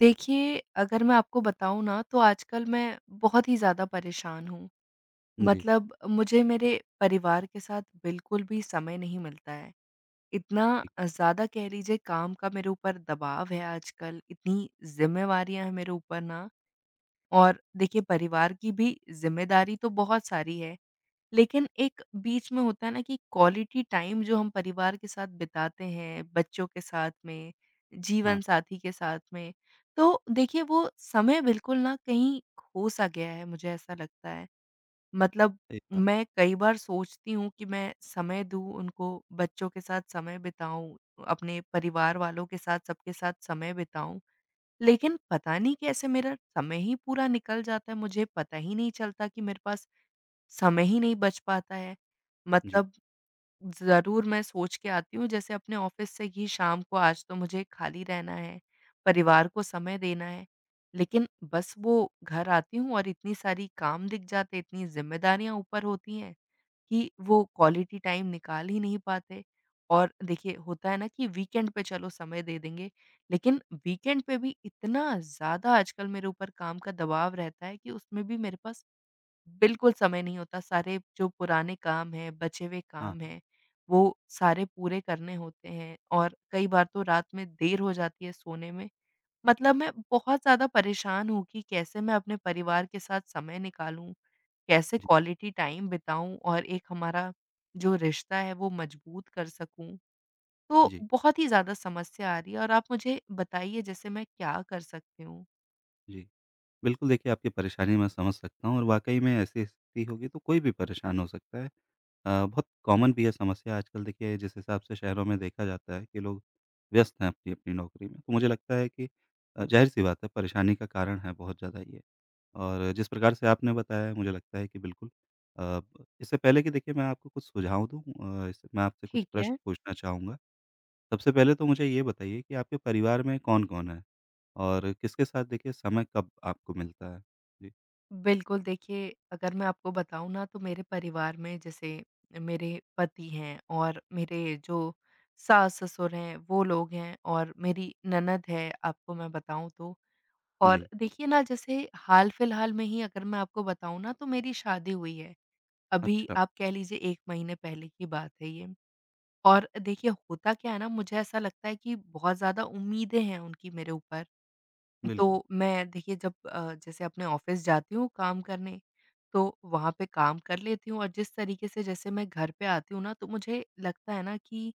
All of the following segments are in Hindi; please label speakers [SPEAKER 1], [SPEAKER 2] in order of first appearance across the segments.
[SPEAKER 1] देखिए, अगर मैं आपको बताऊँ ना तो आजकल मैं बहुत ही ज़्यादा परेशान हूँ।
[SPEAKER 2] जी,
[SPEAKER 1] मतलब मुझे मेरे परिवार के साथ बिल्कुल भी समय नहीं मिलता है। इतना ज़्यादा कह लीजिए काम का मेरे ऊपर दबाव है आजकल, इतनी ज़िम्मेवारियाँ हैं मेरे ऊपर ना, और देखिए परिवार की भी ज़िम्मेदारी तो बहुत सारी है। लेकिन एक बीच में होता है ना कि क्वालिटी टाइम जो हम परिवार के साथ बिताते हैं, बच्चों के साथ में,
[SPEAKER 2] हाँ,
[SPEAKER 1] जीवन साथी के साथ में, तो देखिए वो समय बिल्कुल ना कहीं खो-सा गया है, मुझे ऐसा लगता है। मतलब
[SPEAKER 2] सही बात।
[SPEAKER 1] मैं कई बार सोचती हूँ कि मैं समय दूँ उनको, बच्चों के साथ समय बिताऊँ, अपने परिवार वालों के साथ, सबके साथ समय बिताऊँ, लेकिन पता नहीं कैसे मेरा समय ही पूरा निकल जाता है, मुझे पता ही नहीं चलता कि मेरे पास समय ही नहीं बच पाता है।
[SPEAKER 2] जी,
[SPEAKER 1] मतलब ज़रूर मैं सोच के आती हूँ जैसे अपने ऑफ़िस से कि शाम को आज तो मुझे खाली रहना है, परिवार को समय देना है। लेकिन बस वो घर आती हूँ और इतनी सारी काम दिख जाते, इतनी ज़िम्मेदारियाँ ऊपर होती हैं कि वो क्वालिटी टाइम निकाल ही नहीं पाते। और देखिए होता है ना कि वीकेंड पे चलो समय दे देंगे, लेकिन वीकेंड पे भी इतना ज़्यादा आजकल मेरे ऊपर काम का दबाव रहता है कि उसमें भी मेरे पास बिल्कुल समय नहीं होता, सारे जो पुराने काम हैं, बचे हुए
[SPEAKER 2] हाँ,
[SPEAKER 1] काम
[SPEAKER 2] हाँ,
[SPEAKER 1] हैं, वो सारे पूरे करने होते हैं, और कई बार तो रात में देर हो जाती है सोने में। मतलब मैं बहुत ज़्यादा परेशान हूँ कि कैसे मैं अपने परिवार के साथ समय निकालूँ, कैसे
[SPEAKER 2] जी,
[SPEAKER 1] क्वालिटी टाइम बिताऊँ और एक हमारा जो रिश्ता है वो मजबूत कर सकूँ। तो
[SPEAKER 2] जी,
[SPEAKER 1] बहुत ही ज़्यादा समस्या आ रही है, और आप मुझे बताइए जैसे मैं क्या कर सकती हूँ?
[SPEAKER 2] जी। बिल्कुल, देखिए आपकी परेशानी मैं समझ सकता हूँ और वाक़ई में ऐसी स्थिति होगी तो कोई भी परेशान हो सकता है। बहुत कॉमन भी है समस्या आजकल, देखिए जिस हिसाब से शहरों में देखा जाता है कि लोग व्यस्त हैं अपनी-अपनी नौकरी में। तो मुझे लगता है कि ज़ाहिर-सी बात है, परेशानी का कारण है बहुत ज़्यादा ये। और जिस प्रकार से आपने बताया है, मुझे लगता है कि बिल्कुल अ, इससे पहले कि देखिए मैं आपको कुछ सुझाव दूँ, इससे मैं आपसे कुछ
[SPEAKER 1] ठीक
[SPEAKER 2] प्रश्न
[SPEAKER 1] है।
[SPEAKER 2] पूछना चाहूँगा। सबसे पहले तो मुझे ये बताइए कि आपके परिवार में कौन-कौन है? और किसके साथ देखिए समय कब आपको मिलता है? जी,
[SPEAKER 1] बिल्कुल, देखिए अगर मैं आपको बताऊँ ना तो मेरे परिवार में जैसे मेरे पति हैं और मेरे जो सास-ससुर हैं वो लोग हैं और मेरी ननद है, आपको मैं बताऊँ तो। और
[SPEAKER 2] जी,
[SPEAKER 1] देखिए ना जैसे हाल-फिलहाल में ही अगर मैं आपको बताऊँ ना तो मेरी शादी हुई है। अभी
[SPEAKER 2] अच्छा,
[SPEAKER 1] आप कह लीजिए 1 महीने पहले की बात है ये। और देखिए होता क्या है ना, मुझे ऐसा लगता है कि बहुत ज़्यादा उम्मीदें हैं उनकी मेरे ऊपर।
[SPEAKER 2] बिल्कुल।
[SPEAKER 1] तो मैं देखिए जब जैसे अपने ऑफ़िस जाती हूँ काम करने, तो वहाँ पे काम कर लेती हूँ और जिस तरीके से जैसे मैं घर पे आती हूँ ना, तो मुझे लगता है ना कि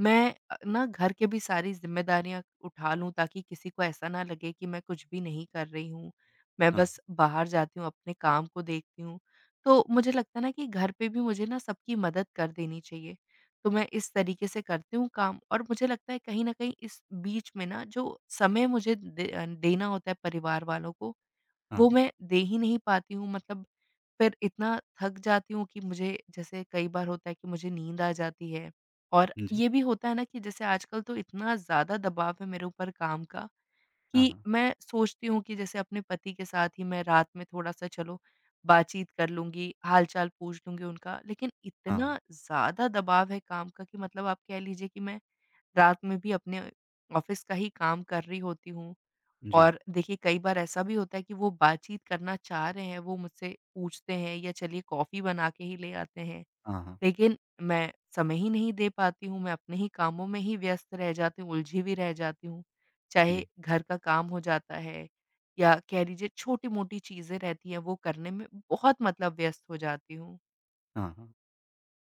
[SPEAKER 1] मैं ना घर के भी सारी ज़िम्मेदारियाँ उठा लूँ ताकि किसी को ऐसा ना लगे कि मैं कुछ भी नहीं कर रही हूँ। मैं
[SPEAKER 2] हाँ,
[SPEAKER 1] बस बाहर जाती हूँ, अपने काम को देखती हूँ। तो मुझे लगता है ना कि घर पे भी मुझे ना सबकी मदद कर देनी चाहिए। तो मैं इस तरीके से करती हूँ काम, और मुझे लगता है कहीं न कहीं इस बीच में ना जो समय मुझे देना होता है परिवार वालों को,
[SPEAKER 2] हाँ,
[SPEAKER 1] वो
[SPEAKER 2] हाँ,
[SPEAKER 1] मैं दे ही नहीं पाती हूँ। मतलब फिर इतना थक जाती हूँ कि मुझे जैसे कई बार होता है कि मुझे नींद आ जाती है, और
[SPEAKER 2] जी,
[SPEAKER 1] ये भी होता है ना कि जैसे आजकल तो इतना ज़्यादा दबाव है मेरे ऊपर काम का
[SPEAKER 2] हाँ,
[SPEAKER 1] कि
[SPEAKER 2] हाँ,
[SPEAKER 1] मैं सोचती हूँ कि जैसे अपने पति के साथ ही मैं रात में थोड़ा-सा चलो बातचीत कर लूँगी, हाल-चाल पूछ लूँगी उनका। लेकिन
[SPEAKER 2] हाँ, हाँ,
[SPEAKER 1] इतना ज़्यादा दबाव है काम का कि मतलब आप कह लीजिए कि मैं रात में भी अपने ऑफ़िस का ही काम कर रही होती हूँ।
[SPEAKER 2] जी,
[SPEAKER 1] और देखिए कई बार ऐसा भी होता है कि वो बातचीत करना चाह रहे हैं, वो मुझसे पूछते हैं या चलिए कॉफ़ी बना के ही ले आते हैं।
[SPEAKER 2] हाँ, हाँ,
[SPEAKER 1] लेकिन मैं समय ही नहीं दे पाती हूँ, मैं अपने ही कामों में ही व्यस्त रह जाती हूँ, उलझी हुई रह जाती हूँ। चाहे
[SPEAKER 2] जी,
[SPEAKER 1] घर का काम हो जाता है या कह लीजिए छोटी-मोटी चीज़ें रहती हैं, वो करने में बहुत मतलब व्यस्त हो जाती हूँ।
[SPEAKER 2] हाँ, हाँ।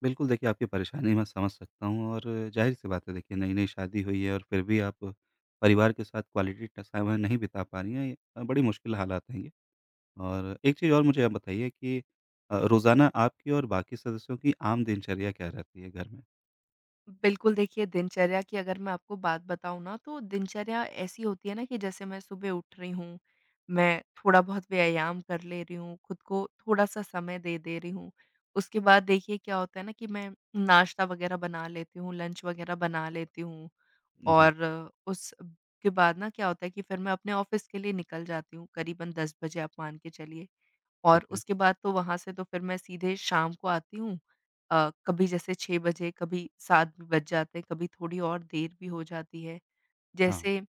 [SPEAKER 2] बिल्कुल, देखिए आपकी परेशानी मैं समझ सकता हूँ और ज़ाहिर-सी बात है, देखिए नई-नई शादी हुई है और फिर भी आप परिवार के साथ क्वालिटी ट समय नहीं बिता पा रही हैं, ये बड़ी मुश्किल हालात हैं ये। और एक चीज़ और मुझे आप बताइए कि रोज़ाना आपकी और बाकी सदस्यों की आम दिनचर्या क्या रहती है घर में?
[SPEAKER 1] बिल्कुल, देखिए दिनचर्या की अगर मैं आपको बात बताऊँ ना तो दिनचर्या ऐसी होती है ना कि जैसे मैं सुबह उठ रही हूँ, मैं थोड़ा-बहुत व्यायाम कर ले रही हूँ, खुद को थोड़ा-सा समय दे दे रही हूँ। उसके बाद देखिए क्या होता है ना कि मैं नाश्ता वग़ैरह बना लेती हूँ, लंच वग़ैरह बना लेती हूँ,
[SPEAKER 2] जी,
[SPEAKER 1] और उसके बाद ना क्या होता है कि फिर मैं अपने ऑफ़िस के लिए निकल जाती हूँ, करीबन 10 बजे आप मान के चलिए। और
[SPEAKER 2] ठीक है।
[SPEAKER 1] उसके बाद तो वहाँ से तो फिर मैं सीधे शाम को आती हूँ। कभी जैसे 6 बजे, कभी 7 भी बज जाते हैं, कभी थोड़ी और देर भी हो जाती है।
[SPEAKER 2] हाँ,
[SPEAKER 1] जैसे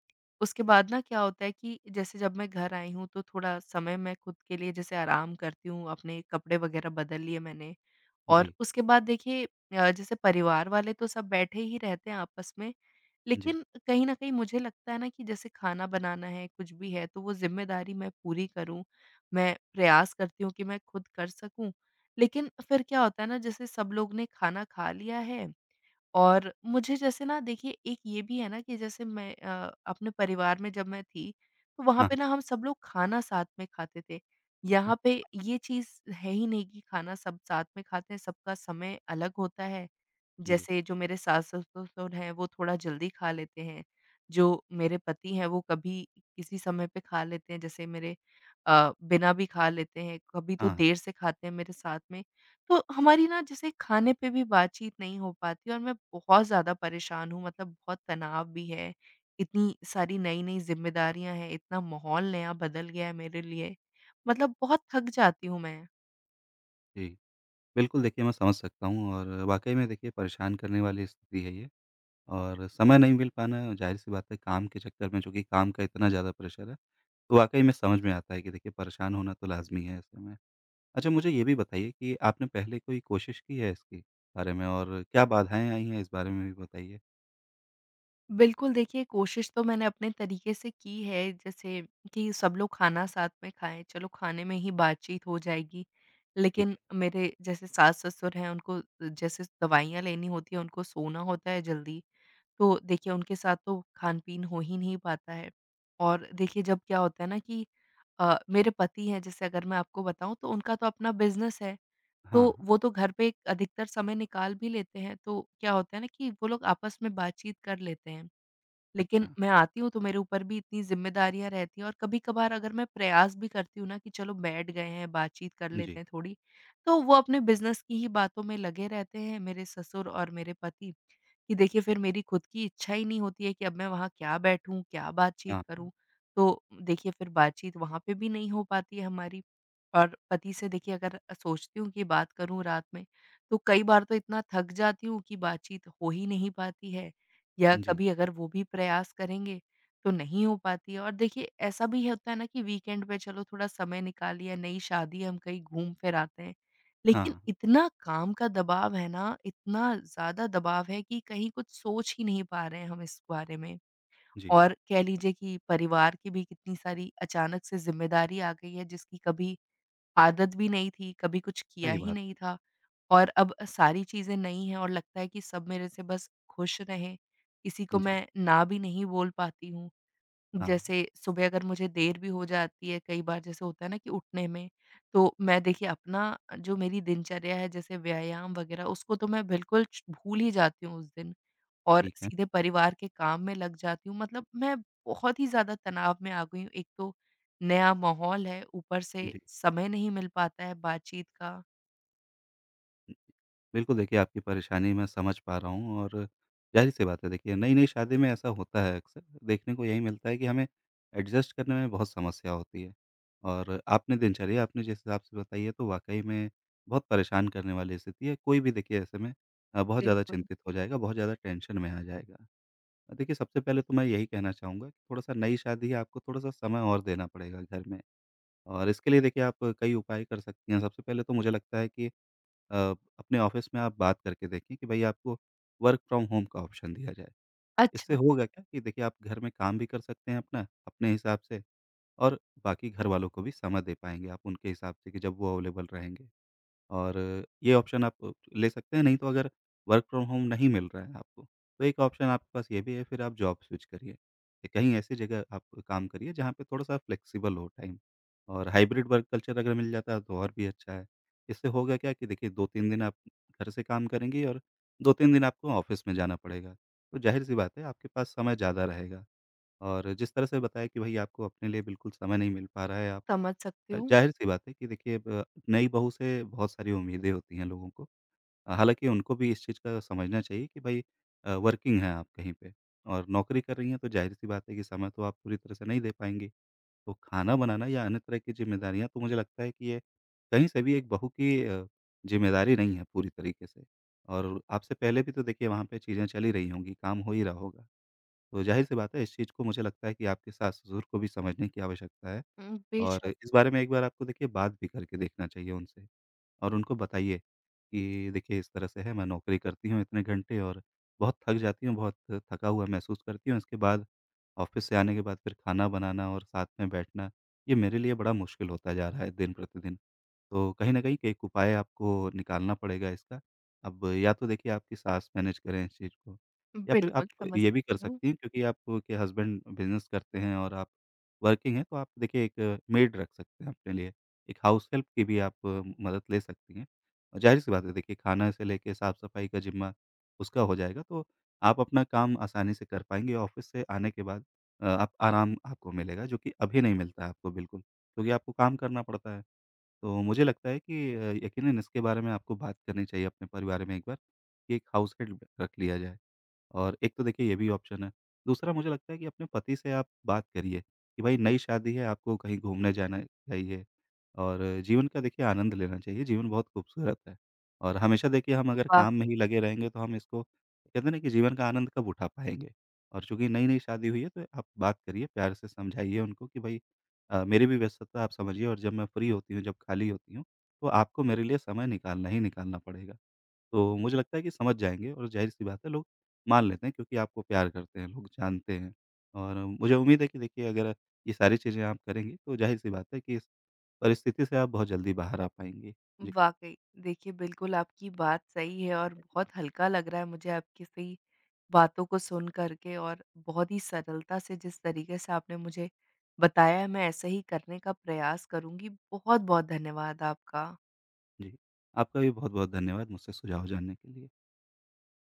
[SPEAKER 1] उसके बाद ना क्या होता है कि जैसे जब मैं घर आई हूँ, तो थोड़ा समय मैं खुद के लिए जैसे आराम करती हूँ, अपने कपड़े वगैरह बदल लिए मैंने। और
[SPEAKER 2] जी,
[SPEAKER 1] उसके बाद देखिए जैसे परिवार वाले तो सब बैठे ही रहते हैं आपस में,
[SPEAKER 2] जी।
[SPEAKER 1] लेकिन कहीं न कहीं मुझे लगता है ना कि जैसे खाना बनाना है, कुछ भी है, तो वो ज़िम्मेदारी मैं पूरी करूँ। मैं प्रयास करती हूँ कि मैं खुद कर सकूँ। लेकिन फिर क्या होता है ना, जैसे सब लोग ने खाना खा लिया है और मुझे जैसे ना देखिए एक ये भी है ना कि जैसे मैं अपने परिवार में जब मैं थी, तो वहाँ
[SPEAKER 2] हाँ,
[SPEAKER 1] पे
[SPEAKER 2] हाँ,
[SPEAKER 1] ना हम सब लोग खाना साथ में खाते थे।
[SPEAKER 2] हाँ,
[SPEAKER 1] यहाँ पे ये चीज़ है ही नहीं कि खाना सब साथ में खाते हैं, सबका समय अलग होता है।
[SPEAKER 2] जी।
[SPEAKER 1] जैसे जो मेरे सास-ससुर हैं, वो थोड़ा जल्दी खा लेते हैं। जो मेरे पति हैं, वो कभी किसी समय पे खा लेते हैं, जैसे मेरे बिना भी खा लेते हैं, कभी तो
[SPEAKER 2] हाँ, हाँ,
[SPEAKER 1] देर से खाते हैं मेरे साथ में। तो हमारी ना जैसे खाने पे भी बातचीत नहीं हो पाती, और मैं बहुत ज़्यादा परेशान हूँ, मतलब बहुत तनाव भी है। इतनी सारी नई-नई ज़िम्मेदारियाँ हैं, इतना माहौल नया बदल गया है मेरे लिए, मतलब बहुत थक जाती हूँ मैं।
[SPEAKER 2] जी। बिल्कुल, देखिए मैं समझ सकता हूँ और वाक़ई में देखिए परेशान करने वाली स्थिति है ये, और समय नहीं मिल पाना ज़ाहिर-सी बात है, काम के चक्कर में चूँकि काम का इतना ज़्यादा प्रेशर है, तो वाक़ई में समझ में आता है कि देखिए परेशान होना तो लाज़मी है ऐसे में। अच्छा, मुझे ये भी बताइए कि आपने पहले कोई कोशिश की है इसके बारे में, और क्या बाधाएँ आई हैं इस बारे में भी बताइए?
[SPEAKER 1] बिल्कुल देखिए कोशिश तो मैंने अपने तरीके से की है, जैसे कि सब लोग खाना साथ में खाएँ, चलो खाने में ही बातचीत हो जाएगी।
[SPEAKER 2] ठीक
[SPEAKER 1] लेकिन
[SPEAKER 2] है।
[SPEAKER 1] मेरे जैसे सास-ससुर हैं उनको जैसे दवाइयाँ लेनी होती हैं, उनको सोना होता है जल्दी। तो देखिए उनके साथ तो खान-पीन हो ही नहीं पाता है। और देखिए जब क्या होता है ना कि मेरे पति हैं जैसे अगर मैं आपको बताऊँ तो उनका तो अपना बिज़नेस है,
[SPEAKER 2] हाँ,
[SPEAKER 1] तो
[SPEAKER 2] हाँ,
[SPEAKER 1] वो तो घर पे अधिकतर समय निकाल भी लेते हैं, तो क्या होता है ना कि वो लोग आपस में बातचीत कर लेते हैं। लेकिन
[SPEAKER 2] अच्छा।
[SPEAKER 1] मैं आती हूँ तो मेरे ऊपर भी इतनी ज़िम्मेदारियाँ रहती हैं, और कभी-कभार अगर मैं प्रयास भी करती हूँ ना कि चलो बैठ गए हैं, बातचीत कर
[SPEAKER 2] जी।
[SPEAKER 1] लेते हैं थोड़ी, तो वो अपने बिज़नेस की ही बातों में लगे रहते हैं, मेरे ससुर और मेरे पति। कि देखिए फिर मेरी खुद की इच्छा ही नहीं होती है कि अब मैं वहाँ क्या बैठूँ, क्या बातचीत
[SPEAKER 2] हाँ, हाँ,
[SPEAKER 1] करूँ? तो देखिए फिर बातचीत वहाँ पे भी नहीं हो पाती है हमारी। और पति से देखिए अगर सोचती हूँ कि बात करूँ रात में, तो कई बार तो इतना थक जाती हूँ कि बातचीत हो ही नहीं पाती है, या
[SPEAKER 2] जी।
[SPEAKER 1] कभी अगर वो भी प्रयास करेंगे, तो नहीं हो पाती है। और देखिए ऐसा भी होता है ना कि वीकेंड पे चलो थोड़ा समय निकाल लिया, नई शादी है, हम कहीं घूम-फिर आते हैं।
[SPEAKER 2] हाँ,
[SPEAKER 1] लेकिन
[SPEAKER 2] हाँ,
[SPEAKER 1] इतना काम का दबाव है ना, इतना ज़्यादा दबाव है कि कहीं कुछ सोच ही नहीं पा रहे हैं हम इस बारे में।
[SPEAKER 2] जी।
[SPEAKER 1] और कह लीजिए कि परिवार की भी कितनी सारी अचानक से ज़िम्मेदारी आ गई है जिसकी कभी आदत भी नहीं थी, कभी कुछ किया
[SPEAKER 2] सही
[SPEAKER 1] ही
[SPEAKER 2] बात
[SPEAKER 1] नहीं
[SPEAKER 2] है।
[SPEAKER 1] था। और अब सारी चीज़ें नई हैं और लगता है कि सब मेरे से बस खुश रहें, किसी को
[SPEAKER 2] जी,
[SPEAKER 1] मैं ना भी नहीं बोल पाती हूँ।
[SPEAKER 2] हाँ।
[SPEAKER 1] जैसे सुबह अगर मुझे देर भी हो जाती है कई बार, जैसे होता है ना कि उठने में, तो मैं देखिए अपना जो मेरी दिनचर्या है जैसे व्यायाम वगैरह उसको तो मैं बिल्कुल च भूल ही जाती हूँ उस दिन, और
[SPEAKER 2] ठीक है।
[SPEAKER 1] सीधे परिवार के काम में लग जाती हूँ। मतलब मैं बहुत ही ज़्यादा तनाव में आ गई हूँ। एक तो नया माहौल है, ऊपर से
[SPEAKER 2] जी।
[SPEAKER 1] समय नहीं मिल पाता है बातचीत का।
[SPEAKER 2] बिल्कुल, देखिए आपकी परेशानी मैं समझ पा रहा हूँ और ज़ाहिर-सी बात है, देखिए नई-नई शादी में ऐसा होता है अक्सर, देखने को यही मिलता है कि हमें एडजस्ट करने में बहुत समस्या होती है। और आपने दिनचर्या आपने जिस हिसाब से बताई है, तो वाक़ई में बहुत परेशान करने वाली स्थिति है। कोई भी देखिए ऐसे में बहुत ज़्यादा
[SPEAKER 1] बिल्कुल।
[SPEAKER 2] चिंतित हो जाएगा, बहुत ज़्यादा टेंशन में आ जाएगा। देखिए सबसे पहले तो मैं यही कहना चाहूँगा कि थोड़ा-सा नई शादी है, आपको थोड़ा-सा समय और देना पड़ेगा घर में। और इसके लिए देखिए आप कई उपाय कर सकती हैं। सबसे पहले तो मुझे लगता है कि अ, अपने ऑफ़िस में आप बात करके देखें कि भई आपको वर्क फ्रॉम होम का ऑप्शन दिया जाए। इससे
[SPEAKER 1] अच्छा,
[SPEAKER 2] होगा क्या कि देखिए आप घर में काम भी कर सकते हैं अपना, अपने हिसाब से, और बाकी घरवालों को भी समय दे पाएँगे आप उनके हिसाब से कि जब वो अवेलेबल रहेंगे। और ये ऑप्शन आप ले सकते हैं, नहीं तो अगर वर्क फ्रॉम होम नहीं मिल रहा है आपको, तो एक ऑप्शन आपके पास ये भी है, फिर आप जॉब स्विच करिए। या कहीं ऐसी जगह आप काम करिए जहाँ पे थोड़ा-सा फ्लेक्सिबल हो टाइम और हाइब्रिड वर्क कल्चर अगर मिल जाता है तो और भी अच्छा है। इससे होगा क्या कि देखिए 2-3 दिन आप घर से काम करेंगी और 2-3 दिन आपको ऑफ़िस में जाना पड़ेगा। तो ज़ाहिर-सी बात है आपके पास समय ज़्यादा रहेगा, और जिस तरह से बताया कि भई आपको अपने लिए बिल्कुल समय नहीं मिल पा रहा है आप,
[SPEAKER 1] समझ सकती हूँ।
[SPEAKER 2] ज़ाहिर-सी बात है कि देखिए ब नई बहू से बहुत सारी उम्मीदें होती हैं लोगों को। हालाँकि उनको भी इस चीज़ का समझना चाहिए कि भई वर्किंग हैं आप कहीं पे और नौकरी कर रही हैं, तो ज़ाहिर-सी बात है कि समय तो आप पूरी तरह से नहीं दे पाएँगी। तो खाना बनाना या अन्य तरह की ज़िम्मेदारियाँ, तो मुझे लगता है कि ये कहीं से भी एक बहू की ज़िम्मेदारी नहीं है पूरी तरीके से। और आपसे पहले भी तो देखिए वहाँ पे चीज़ें चल ही रही होंगी, काम हो ही रहा होगा। तो ज़ाहिर-सी बात है इस चीज़ को मुझे लगता है कि आपके सास-ससुर को भी समझने की आवश्यकता है। और
[SPEAKER 1] बेशक,
[SPEAKER 2] इस बारे में एक बार आपको देखिए बात भी करके देखना चाहिए उनसे, और उनको बताइए कि देखिए इस तरह से है, मैं नौकरी करती हूँ इतने घंटे और बहुत थक जाती हूँ, बहुत थका हुआ महसूस करती हूँ। इसके बाद ऑफ़िस से आने के बाद फिर खाना बनाना और साथ में बैठना, ये मेरे लिए बड़ा मुश्किल होता जा रहा है दिन प्रतिदिन। तो कहीं न कहीं कि एक उपाय आपको निकालना पड़ेगा इसका। अब या तो देखिए आपकी सास मैनेज करें इस चीज़ को, या फिर आप
[SPEAKER 1] बिल्कुल समझ
[SPEAKER 2] ये भी कर
[SPEAKER 1] सकती हूँ।
[SPEAKER 2] सकती हैं क्योंकि आपके हस्बैंड बिज़नेस करते हैं और आप वर्किंग हैं, तो आप देखिए एक मेड रख सकते हैं अपने लिए। एक हाउस हेल्प की भी आप मदद ले सकती हैं। और ज़ाहिर-सी बात है, देखिए खाना से लेके साफ-सफाई का ज़िम्मा उसका हो जाएगा, तो आप अपना काम आसानी से कर पाएँगे। ऑफ़िस से आने के बाद आप आराम, आपको मिलेगा जो कि अभी नहीं मिलता है आपको बिल्कुल, क्योंकि आपको काम करना पड़ता है। तो मुझे लगता है कि यकीनन इसके बारे में आपको बात करनी चाहिए अपने परिवार में एक बार कि एक हाउस हेल्प रख लिया जाए। और एक तो देखिए ये भी ऑप्शन है। दूसरा मुझे लगता है कि अपने पति से आप बात करिए कि भाई नई शादी है, आपको कहीं घूमने जाना चाहिए और जीवन का देखिए आनंद लेना चाहिए, जीवन बहुत खूबसूरत है। और हमेशा देखिए हम अगर
[SPEAKER 1] वाक़
[SPEAKER 2] काम में ही लगे रहेंगे तो हम इसको कहते हैं ना कि जीवन का आनंद कब उठा पाएँगे? और चूँकि नई-नई शादी हुई है तो आप बात करिए, प्यार से समझाइए उनको कि भाई मेरी भी व्यस्तता आप समझिए, और जब मैं फ्री होती हूँ, जब खाली होती हूँ, तो आपको मेरे लिए समय निकालना ही निकालना पड़ेगा। तो मुझे लगता है कि समझ जाएँगे और ज़ाहिर-सी बात है लोग मान लेते हैं, क्योंकि आपको प्यार करते हैं लोग, जानते हैं। और मुझे उम्मीद है कि देखिए अगर ये सारी चीज़ें आप करेंगे तो ज़ाहिर-सी बात है कि इस परिस्थिति से आप बहुत जल्दी बाहर आ पाएँगे। जी,
[SPEAKER 1] वाक़ई। देखिए, बिल्कुल आपकी बात सही है और बहुत हल्का लग रहा है मुझे आपकी सही बातों को सुन कर के, और बहुत ही सरलता से जिस तरीके से आपने मुझे बताया है, मैं ऐसा ही करने का प्रयास करूँगी। बहुत-बहुत धन्यवाद आपका।
[SPEAKER 2] जी। आपका भी बहुत-बहुत धन्यवाद मुझसे सुझाव जानने के लिए।